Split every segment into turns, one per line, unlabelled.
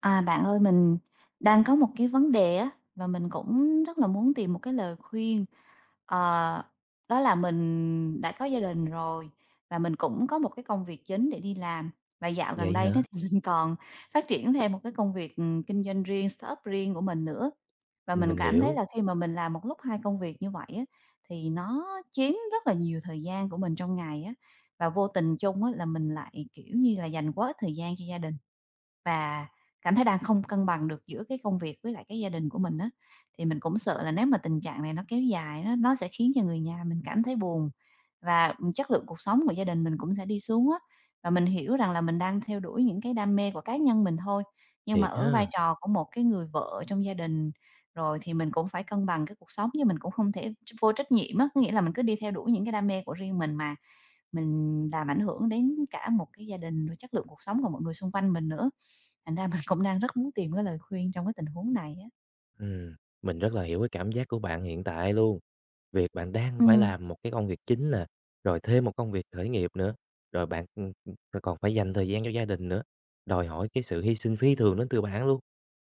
À, bạn ơi, mình đang có một cái vấn đề á, và mình cũng rất là muốn tìm một cái lời khuyên. Ờ, Đó là mình đã có gia đình rồi và mình cũng có một cái công việc chính để đi làm. Và dạo gần
Vậy
đây đó
hả?
thì mình còn phát triển thêm một cái công việc, kinh doanh riêng, startup riêng của mình nữa. Và mình
Mình
cảm thấy
hiểu,
là khi mà mình làm một lúc 2 công việc như vậy á, thì nó chiếm rất là nhiều thời gian của mình trong ngày á, và vô tình chung á là mình lại, kiểu như là, dành quá ít thời gian cho gia đình. Và cảm thấy đang không cân bằng được giữa cái công việc với lại cái gia đình của mình á, thì mình cũng sợ là nếu mà tình trạng này nó kéo dài nó sẽ khiến cho người nhà mình cảm thấy buồn và, chất lượng cuộc sống của gia đình mình cũng sẽ đi xuống á. Và mình hiểu rằng là mình đang theo đuổi những cái đam mê của cá nhân mình thôi, nhưng mà
thiệt
ở vai
ha.
trò của một cái người vợ trong gia đình rồi thì mình cũng phải cân bằng cái cuộc sống chứ mình cũng không thể vô trách nhiệm á. Có nghĩa là mình cứ đi theo đuổi những cái đam mê của riêng mình mà mình làm ảnh hưởng đến cả một cái gia đình, rồi chất lượng cuộc sống của mọi người xung quanh mình nữa. Thành ra mình cũng đang rất muốn tìm cái lời khuyên trong cái tình huống này á.
Ừm, mình rất là hiểu cái cảm giác của bạn hiện tại luôn. Việc bạn đang phải
Ừm.
làm một cái công việc chính nè, rồi thêm một công việc khởi nghiệp nữa, rồi bạn, còn phải dành thời gian cho gia đình nữa, đòi hỏi cái sự hy sinh phi thường đến từ bạn luôn.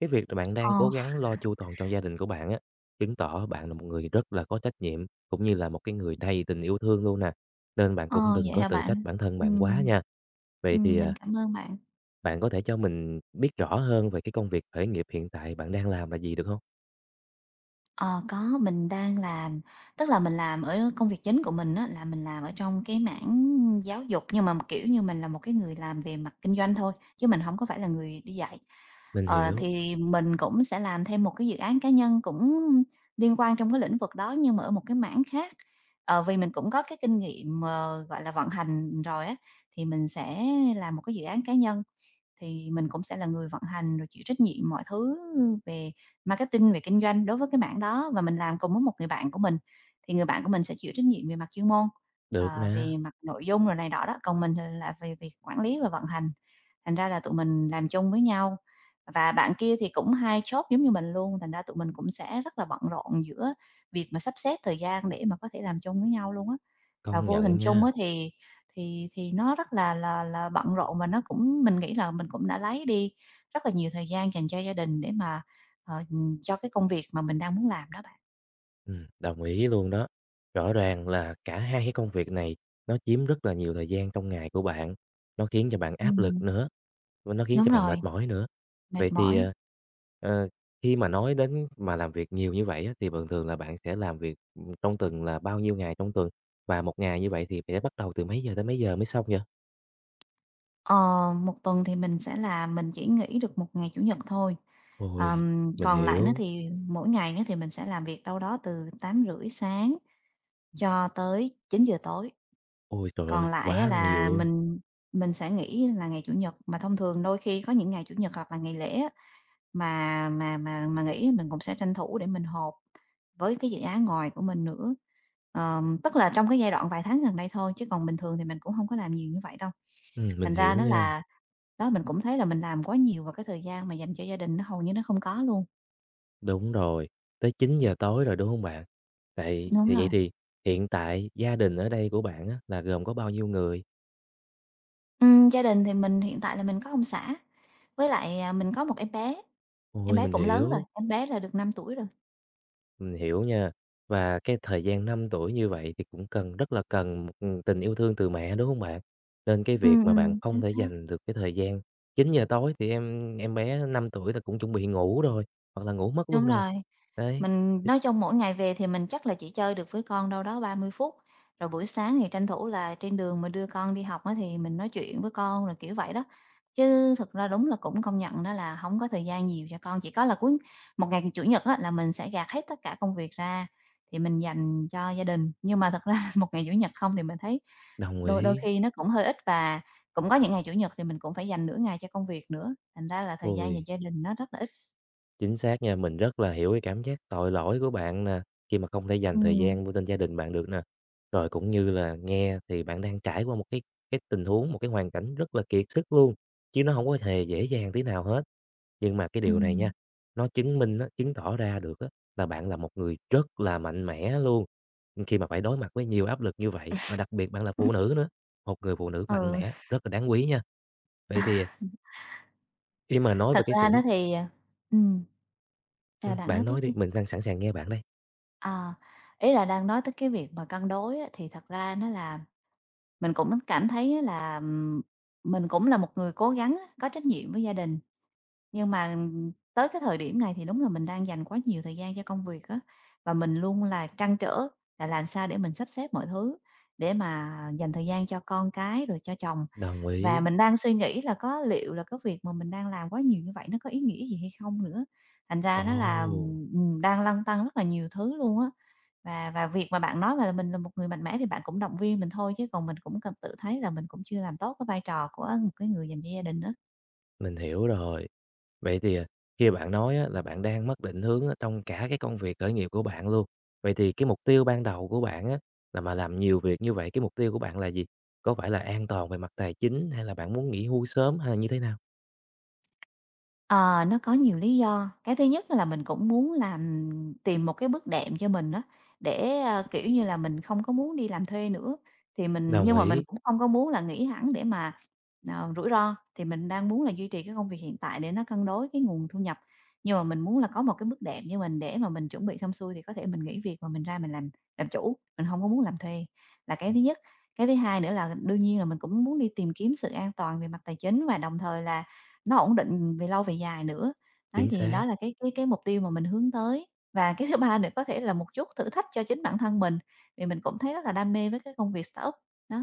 Cái việc là bạn đang
Ờ,
cố gắng lo chu toàn cho gia đình của bạn á, chứng tỏ bạn là một người rất là có trách nhiệm, cũng như là một cái người đầy tình yêu thương luôn nè, nên bạn
ờ,
cũng đừng
vậy
có
hả
tự trách
bạn?
bản thân bạn quá
Ừm,
nha. Vậy thì,
mình cảm ơn bạn.
bạn có thể cho mình biết rõ hơn về cái công việc khởi nghiệp hiện tại bạn đang làm là gì được không?
Ờ, có, mình đang làm tức là mình làm ở công việc chính của mình á, là mình làm ở trong cái mảng giáo dục, nhưng mà, kiểu như, mình là một cái người làm về mặt kinh doanh thôi, chứ mình không có phải là người đi dạy.
Mình hiểu,
Thì mình cũng sẽ làm thêm một cái dự án cá nhân cũng liên quan trong cái lĩnh vực đó, nhưng mà ở một cái mảng khác. Ờ, vì mình cũng có cái kinh nghiệm, gọi là, vận hành rồi á, thì mình sẽ làm một cái dự án cá nhân. Thì mình cũng sẽ là người vận hành rồi chịu trách nhiệm mọi thứ về marketing, về kinh doanh đối với cái mảng đó và mình làm cùng với một người bạn của mình. Thì người bạn của mình sẽ chịu trách nhiệm về mặt chuyên môn,
được
về
nè,
mặt nội dung rồi này đó đó, còn mình thì là về việc quản lý và vận hành. Thành ra là tụi mình làm chung với nhau và bạn kia thì cũng hai job giống như mình luôn, thành ra tụi mình cũng sẽ rất là bận rộn giữa việc mà sắp xếp thời gian để mà có thể làm chung với nhau luôn á. Và
công
vô hình
nhận
chung á
nha,
thì thì nó rất là là bận rộn và nó cũng mình nghĩ là mình cũng đã lấy đi rất là nhiều thời gian dành cho gia đình để mà, ờ, cho cái công việc mà mình đang muốn làm đó bạn.
đồng ý luôn đó. Rõ ràng là cả hai cái công việc này nó chiếm rất là nhiều thời gian trong ngày của bạn, nó khiến cho bạn áp lực
Ừm,
nữa, và nó khiến
đúng
cho bạn mệt
rồi,
mỏi nữa.
mệt
Vậy thì,
mỏi.
ờ, khi mà nói đến mà làm việc nhiều như vậy á, thì bình thường là bạn sẽ làm việc, trong tuần là bao nhiêu ngày trong tuần? Và một ngày như vậy thì sẽ bắt đầu từ mấy giờ tới mấy giờ mới xong vậy?
Ờ, 1 tuần thì mình sẽ là mình chỉ nghỉ được một ngày Chủ nhật thôi.
Ôi, mình
Còn lại nó
hiểu.
thì mỗi ngày nó thì mình sẽ làm việc đâu đó từ 8:30 sáng cho tới 9 giờ tối.
Ôi trời
Còn
ơi,
lại á
quá nhiều
là
luôn.
mình sẽ nghỉ là ngày Chủ nhật, mà thông thường đôi khi có những ngày Chủ nhật hoặc là ngày lễ á, mà nghỉ mình cũng sẽ tranh thủ để mình họp với cái dự án ngoài của mình nữa. Tức là trong cái giai đoạn vài tháng gần đây thôi, chứ còn bình thường thì mình cũng không có làm nhiều như vậy đâu.
Mình
Thành ra
hiểu
nó
nha.
là đó, mình cũng thấy là mình làm quá nhiều và cái thời gian mà dành cho gia đình nó hầu như nó không có luôn.
Đúng rồi, tới 9 giờ tối rồi, đúng không bạn? Vậy
Đúng
thì vậy
rồi.
thì hiện tại gia đình ở đây của bạn á, là gồm có bao nhiêu người?
Gia đình thì mình hiện tại là mình có ông xã, với lại, à, mình có một em
Ôi,
bé cũng lớn rồi, em bé là được 5 tuổi rồi.
mình hiểu nha. Và cái thời gian 5 tuổi như vậy thì cũng cần rất là cần một tình yêu thương từ mẹ, đúng không bạn? Nên cái
Ừ,
việc mà bạn không
chính
thể
xác.
dành được cái thời gian 9 giờ tối thì em bé 5 tuổi là cũng chuẩn bị ngủ rồi, hoặc là ngủ mất luôn
Đúng
rồi.
rồi.
Đấy,
Mình nói chung mỗi ngày về thì mình chắc là chỉ chơi được với con đâu đó 30 phút, rồi buổi sáng thì tranh thủ là trên đường mà đưa con đi học á thì mình nói chuyện với con, rồi kiểu vậy đó. Chứ thực ra đúng là cũng công nhận đó là không có thời gian nhiều cho con, chỉ có là cuối một ngày Chủ nhật á là mình sẽ gạt hết tất cả công việc ra thì mình dành cho gia đình. Nhưng mà thật ra một ngày Chủ nhật không thì mình thấy
đồng
đôi đôi
ý.
khi nó cũng hơi ít và cũng có những ngày Chủ nhật thì mình cũng phải dành nửa ngày cho công việc nữa, thành ra là thời gian dành
Ôi.
cho gia đình nó rất là ít.
Chính xác nha, mình rất là hiểu cái cảm giác tội lỗi của bạn nè, khi mà không thể dành thời
Ừm.
gian với bên gia đình bạn được nè. Rồi cũng như là nghe thì bạn đang trải qua một cái tình huống, một cái hoàn cảnh rất là kiệt sức luôn, chứ nó không có hề dễ dàng tí nào hết. Nhưng mà cái điều này nha,
Ừm.
nó chứng minh á, chứng tỏ ra được á, là bạn là một người rất là mạnh mẽ luôn, khi mà phải đối mặt với nhiều áp lực như vậy, mà đặc biệt bạn là phụ nữ nữa, một người phụ nữ mạnh
Ừ,
mẽ rất là đáng quý nha. Vậy thì khi mà nói
thật
về cái
ra
sự
nó thì, à ừm, sao bạn nói
bạn
tiếp
nói đi,
đi.
mình đang sẵn sàng nghe bạn đây.
À, Ý là đang nói tới cái việc mà cân đối á, thì thật ra nó là mình cũng cảm thấy á là, mình cũng là một người cố gắng á, có trách nhiệm với gia đình. Nhưng mà, tới cái thời điểm này thì đúng là mình đang dành quá nhiều thời gian cho công việc á, và mình luôn là trăn trở là làm sao để mình sắp xếp mọi thứ để mà dành thời gian cho con cái rồi cho chồng.
Đồng
Và
ý.
mình đang suy nghĩ là có liệu là cái việc mà mình đang làm quá nhiều như vậy nó có ý nghĩa gì hay không nữa. Thành ra nó là,
Ồ,
đang lăn tăn rất là nhiều thứ luôn á. Và việc mà bạn nói là mình là một người mạnh mẽ thì bạn cũng động viên mình thôi chứ còn mình cũng cần tự thấy là mình cũng chưa làm tốt cái vai trò của một cái người dành cho gia đình đó.
mình hiểu rồi. Vậy thì, khi bạn nói á là bạn đang mất định hướng ở trong cả cái công việc khởi nghiệp của bạn luôn. Vậy thì cái mục tiêu ban đầu của bạn á, là mà làm nhiều việc như vậy, cái mục tiêu của bạn là gì? Có phải là an toàn về mặt tài chính hay là bạn muốn nghỉ hưu sớm hay là như thế nào?
Ờ, nó có nhiều lý do. Cái thứ nhất là mình cũng muốn làm tìm một cái bước đệm cho mình đó để, kiểu như là, mình không có muốn đi làm thuê nữa, thì mình
Đồng
nhưng mà mình
ý,
cũng không có muốn là nghỉ hẳn để mà, rủi ro, thì mình đang muốn là duy trì cái công việc hiện tại để nó cân đối cái nguồn thu nhập. Nhưng mà mình muốn là có một cái bước đệm cho mình để mà mình chuẩn bị xong xuôi thì có thể mình nghỉ việc mà mình ra mình làm chủ, mình không có muốn làm thuê, là cái thứ nhất. Cái thứ hai nữa là đương nhiên là mình cũng muốn đi tìm kiếm sự an toàn về mặt tài chính và đồng thời là nó ổn định về lâu về dài nữa. Đấy,
chính
thì đó
xác.
là cái cái mục tiêu mà mình hướng tới. Và cái thứ ba nữa có thể là một chút thử thách cho chính bản thân mình, vì mình cũng thấy rất là đam mê với cái công việc startup, đó.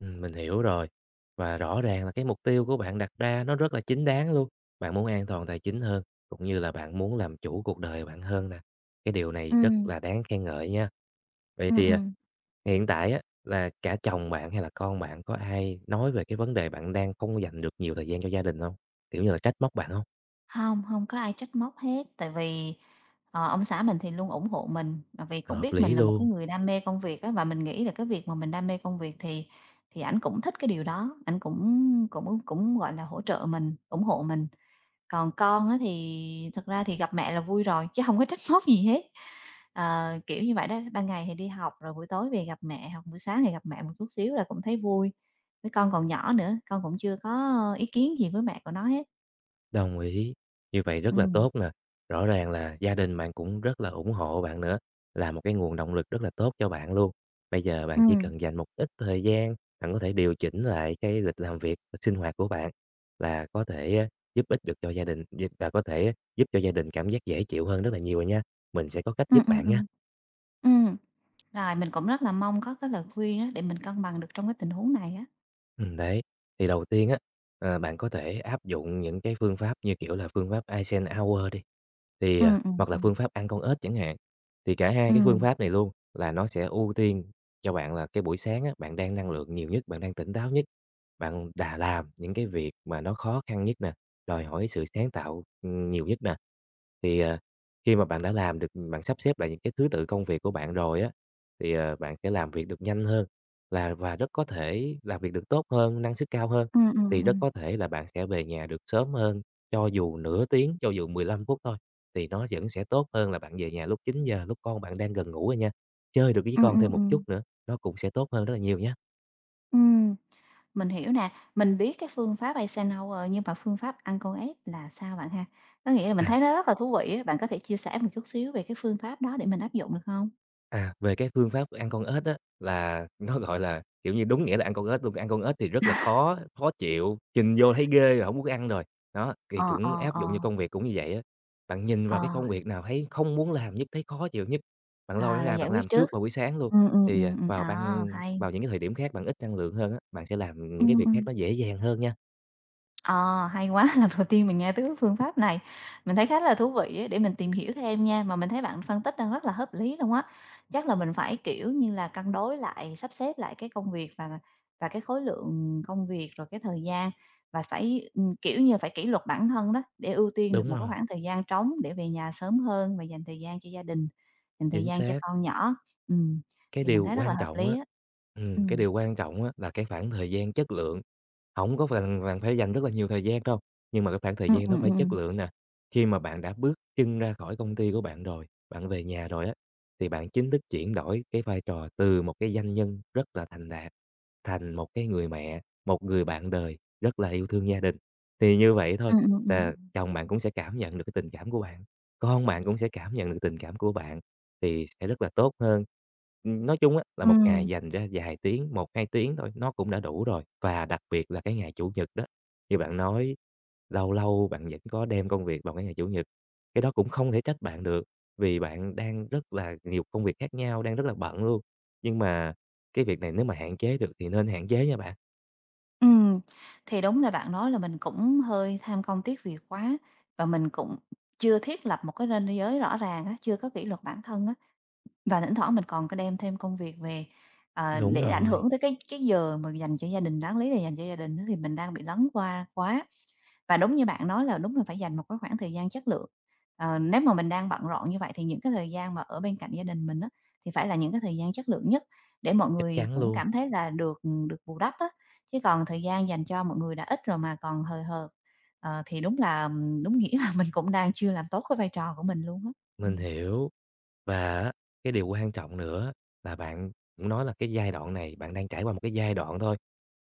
Mình hiểu rồi. Và rõ ràng là cái mục tiêu của bạn đặt ra nó rất là chính đáng luôn. Bạn muốn an toàn tài chính hơn, cũng như là bạn muốn làm chủ cuộc đời bạn hơn nè. Cái điều này rất
Ừm,
là đáng khen ngợi nha. Vậy
ừm,
thì,
ừm.
hiện tại á, là cả chồng bạn hay là con bạn có ai nói về cái vấn đề bạn đang không dành được nhiều thời gian cho gia đình không? Kiểu như là trách móc bạn không?
Hông, hông có ai trách móc hết, tại vì, ông xã mình thì luôn ủng hộ mình, tại vì cũng
Hợp
biết mình
lý
là một cái
luôn.
người đam mê công việc á, và mình nghĩ là cái việc mà mình đam mê công việc thì ảnh cũng thích cái điều đó, ảnh cũng cũng cũng, gọi là, hỗ trợ mình, ủng hộ mình. Còn con á thì thật ra thì gặp mẹ là vui rồi, chứ hông có trách móc gì hết. Ờ, kiểu như vậy đó, ban ngày thì đi học rồi buổi tối về gặp mẹ, hoặc buổi sáng thì gặp mẹ một chút xíu là cũng thấy vui. Với con còn nhỏ nữa, con cũng chưa có ý kiến gì với mẹ của nó hết.
Đồng ý, như vậy rất là
Ừm,
tốt nè. Rõ ràng là gia đình bạn cũng rất là ủng hộ bạn nữa, là một cái nguồn động lực rất là tốt cho bạn luôn. Bây giờ bạn chỉ
ừm,
cần dành một ít thời gian, bạn có thể điều chỉnh lại cái lịch làm việc, sinh hoạt của bạn là có thể á, giúp ích được cho gia đình, là có thể giúp cho gia đình cảm giác dễ chịu hơn rất là nhiều rồi nha. Mình sẽ có cách
ừm,
giúp
ừm,
bạn nha.
ừm, ừm. Rồi, mình cũng rất là mong có cái lời khuyên á để mình cân bằng được trong cái tình huống này á.
Đấy. Thì đầu tiên á, bạn có thể áp dụng những cái phương pháp như, kiểu là, phương pháp Eisenhower đi, thì,
Ừm, ừm,
hoặc là
ừm.
phương pháp ăn con ếch chẳng hạn. Thì cả hai cái phương
Ừm,
pháp này luôn là nó sẽ ưu tiên cho bạn là cái buổi sáng á, bạn đang năng lượng nhiều nhất, bạn đang tỉnh táo nhất, bạn đã làm những cái việc mà nó khó khăn nhất nè, đòi hỏi sự sáng tạo, nhiều nhất nè. Thì, khi mà bạn đã làm được bạn sắp xếp lại những cái thứ tự công việc của bạn rồi á, thì, bạn sẽ làm việc được nhanh hơn và rất có thể làm việc được tốt hơn, năng suất cao hơn,
ừm, ừm,
thì rất
ừm.
có thể là bạn sẽ về nhà được sớm hơn, cho dù nửa tiếng, cho dù 15 phút thôi, thì nó vẫn sẽ tốt hơn là bạn về nhà lúc 9 giờ lúc con bạn đang gần ngủ rồi nha. Chơi được với
Ừm,
con
ừm,
thêm một chút
ừm.
nữa, nó cũng sẽ tốt hơn rất là nhiều nhá.
Ừm. Mình hiểu nè, mình biết cái phương pháp Eisenhower, nhưng mà phương pháp Uncle Abe là sao bạn ha? Có nghĩa là mình
À.
thấy nó rất là thú vị á, bạn có thể chia sẻ một chút xíu về cái phương pháp đó để mình áp dụng được không?
À, về cái phương pháp ăn con ếch á, là nó, gọi là, kiểu như, đúng nghĩa là ăn con ếch luôn, ăn con ếch thì rất là khó, khó chịu, nhìn vô thấy ghê rồi hổng muốn ăn rồi. Đó, thì
Ờ, ờ,
cũng áp
ờ,
dụng vô công việc cũng như vậy á. Bạn nhìn
ờ,
vào cái công việc nào thấy không muốn làm nhất, thấy khó chịu nhất, bạn lôi
à,
nó
là
ra
giải
bạn
quyết
làm
trước.
trước vào buổi sáng luôn, thì, vào
À, hay.
vào những cái thời điểm khác bạn ít năng lượng hơn á, bạn sẽ làm những cái
Ừm,
việc khác
ừm.
nó dễ dàng hơn nha.
Ờ, hay quá, lần đầu tiên mình nghe tới cái phương pháp này. Mình thấy khá là thú vị ấy, để mình tìm hiểu thêm nha, mà mình thấy bạn phân tích đang rất là hợp lý luôn á. Chắc là mình phải, kiểu như là, cân đối lại, sắp xếp lại cái công việc và cái khối lượng công việc, rồi cái thời gian và phải, kiểu như, phải kỷ luật bản thân đó, để ưu tiên được
Đúng
một cái
rồi,
khoảng thời gian trống để về nhà sớm hơn và dành thời gian cho gia đình, dành thời
chính
gian cho
xác.
con nhỏ. Ừm,
Cái
thì mình
điều
thấy rất là
quan
hợp
trọng
lý
á
á. Ừ
cái điều quan trọng á là cái khoảng thời gian chất lượng. Không có cần bạn phải dành rất là nhiều thời gian đâu, nhưng mà cái khoảng thời
ừ
gian
ừ
đó
ừ
phải chất lượng nè. Khi mà bạn đã bước chân ra khỏi công ty của bạn rồi, bạn về nhà rồi á, thì bạn chính thức chuyển đổi cái vai trò từ một cái doanh nhân rất là thành đạt, thành một cái người mẹ, một người bạn đời rất là yêu thương gia đình. Thì như vậy thôi
ừm, ừm, ừm.
là chồng bạn cũng sẽ cảm nhận được cái tình cảm của bạn, con bạn cũng sẽ cảm nhận được tình cảm của bạn thì sẽ rất là tốt hơn. Nói chung á, là một ngày dành ra vài tiếng, một 2 tiếng thôi, nó cũng đã đủ rồi, và đặc biệt là cái ngày Chủ nhật đó, như bạn nói, lâu lâu bạn vẫn có đem công việc vào cái ngày Chủ nhật, cái đó cũng không thể trách bạn được, vì bạn đang rất là nhiều công việc khác nhau, đang rất là bận luôn. Nhưng mà cái việc này nếu mà hạn chế được thì nên hạn chế nha bạn.
ừ Thì đúng là bạn nói là mình cũng hơi tham công tiếc việc quá và mình cũng chưa thiết lập một cái ranh giới rõ ràng á, chưa có kỷ luật bản thân á, và thỉnh thoảng mình còn có đem thêm công việc về,
Đúng
để ảnh
rồi,
hưởng tới cái giờ mà dành cho gia đình, đáng lý là dành cho gia đình á, thì mình đang bị lấn qua quá. Và đúng như bạn nói là đúng là phải dành một cái khoảng thời gian chất lượng. Ờ, nếu mà mình đang bận rộn như vậy thì những cái thời gian mà ở bên cạnh gia đình mình á, thì phải là những cái thời gian chất lượng nhất để mọi
chắc
người
chắn
cũng
luôn,
cảm thấy là được được bù đắp á, chứ còn thời gian dành cho mọi người đã ít rồi mà còn hời hợt, thì đúng là đúng nghĩa là mình cũng đang chưa làm tốt cái vai trò của mình luôn á.
mình
Ừm.
hiểu. Và á, cái điều quan trọng nữa là bạn cũng nói là cái giai đoạn này bạn đang trải qua một cái giai đoạn thôi.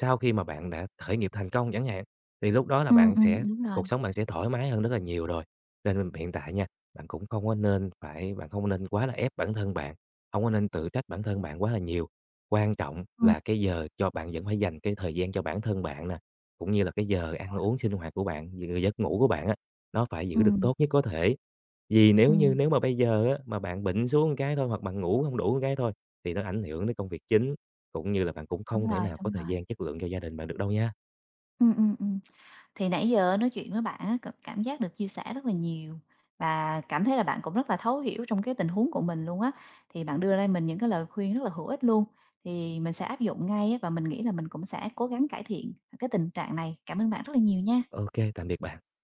Sau khi mà bạn đã khởi nghiệp thành công chẳng hạn, thì lúc đó là
Ừm,
bạn
ừm,
sẽ
đúng rồi.
cuộc sống bạn sẽ thoải mái hơn rất là nhiều rồi. Nên hiện tại nha, bạn không nên quá là ép bản thân bạn, không có nên tự trách bản thân bạn quá là nhiều. Quan trọng
Ừm.
là cái giờ cho bạn vẫn phải dành cái thời gian cho bản thân bạn nè, cũng như là cái giờ ăn uống, sinh hoạt của bạn, giấc ngủ của bạn á, nó phải giữ
Ừm,
được
ừm,
tốt nhất có thể. Vì nếu mà bây giờ á, mà bạn bệnh xuống một cái thôi, hoặc bạn ngủ không đủ một cái thôi, thì nó ảnh hưởng đến công việc chính, cũng như là bạn cũng không
đúng
thể
rồi,
nào có
đúng
thời
rồi.
gian chất lượng cho gia đình bạn được đâu nha.
Ừm, ừm, ừm. Thì nãy giờ nói chuyện với bạn á, cảm giác được chia sẻ rất là nhiều và cảm thấy là bạn cũng rất là thấu hiểu trong cái tình huống của mình luôn á. Thì bạn đưa ra mình những cái lời khuyên rất là hữu ích luôn, thì mình sẽ áp dụng ngay á, và mình nghĩ là mình cũng sẽ cố gắng cải thiện cái tình trạng này. Cảm ơn bạn rất là nhiều nha.
OK, tạm biệt bạn.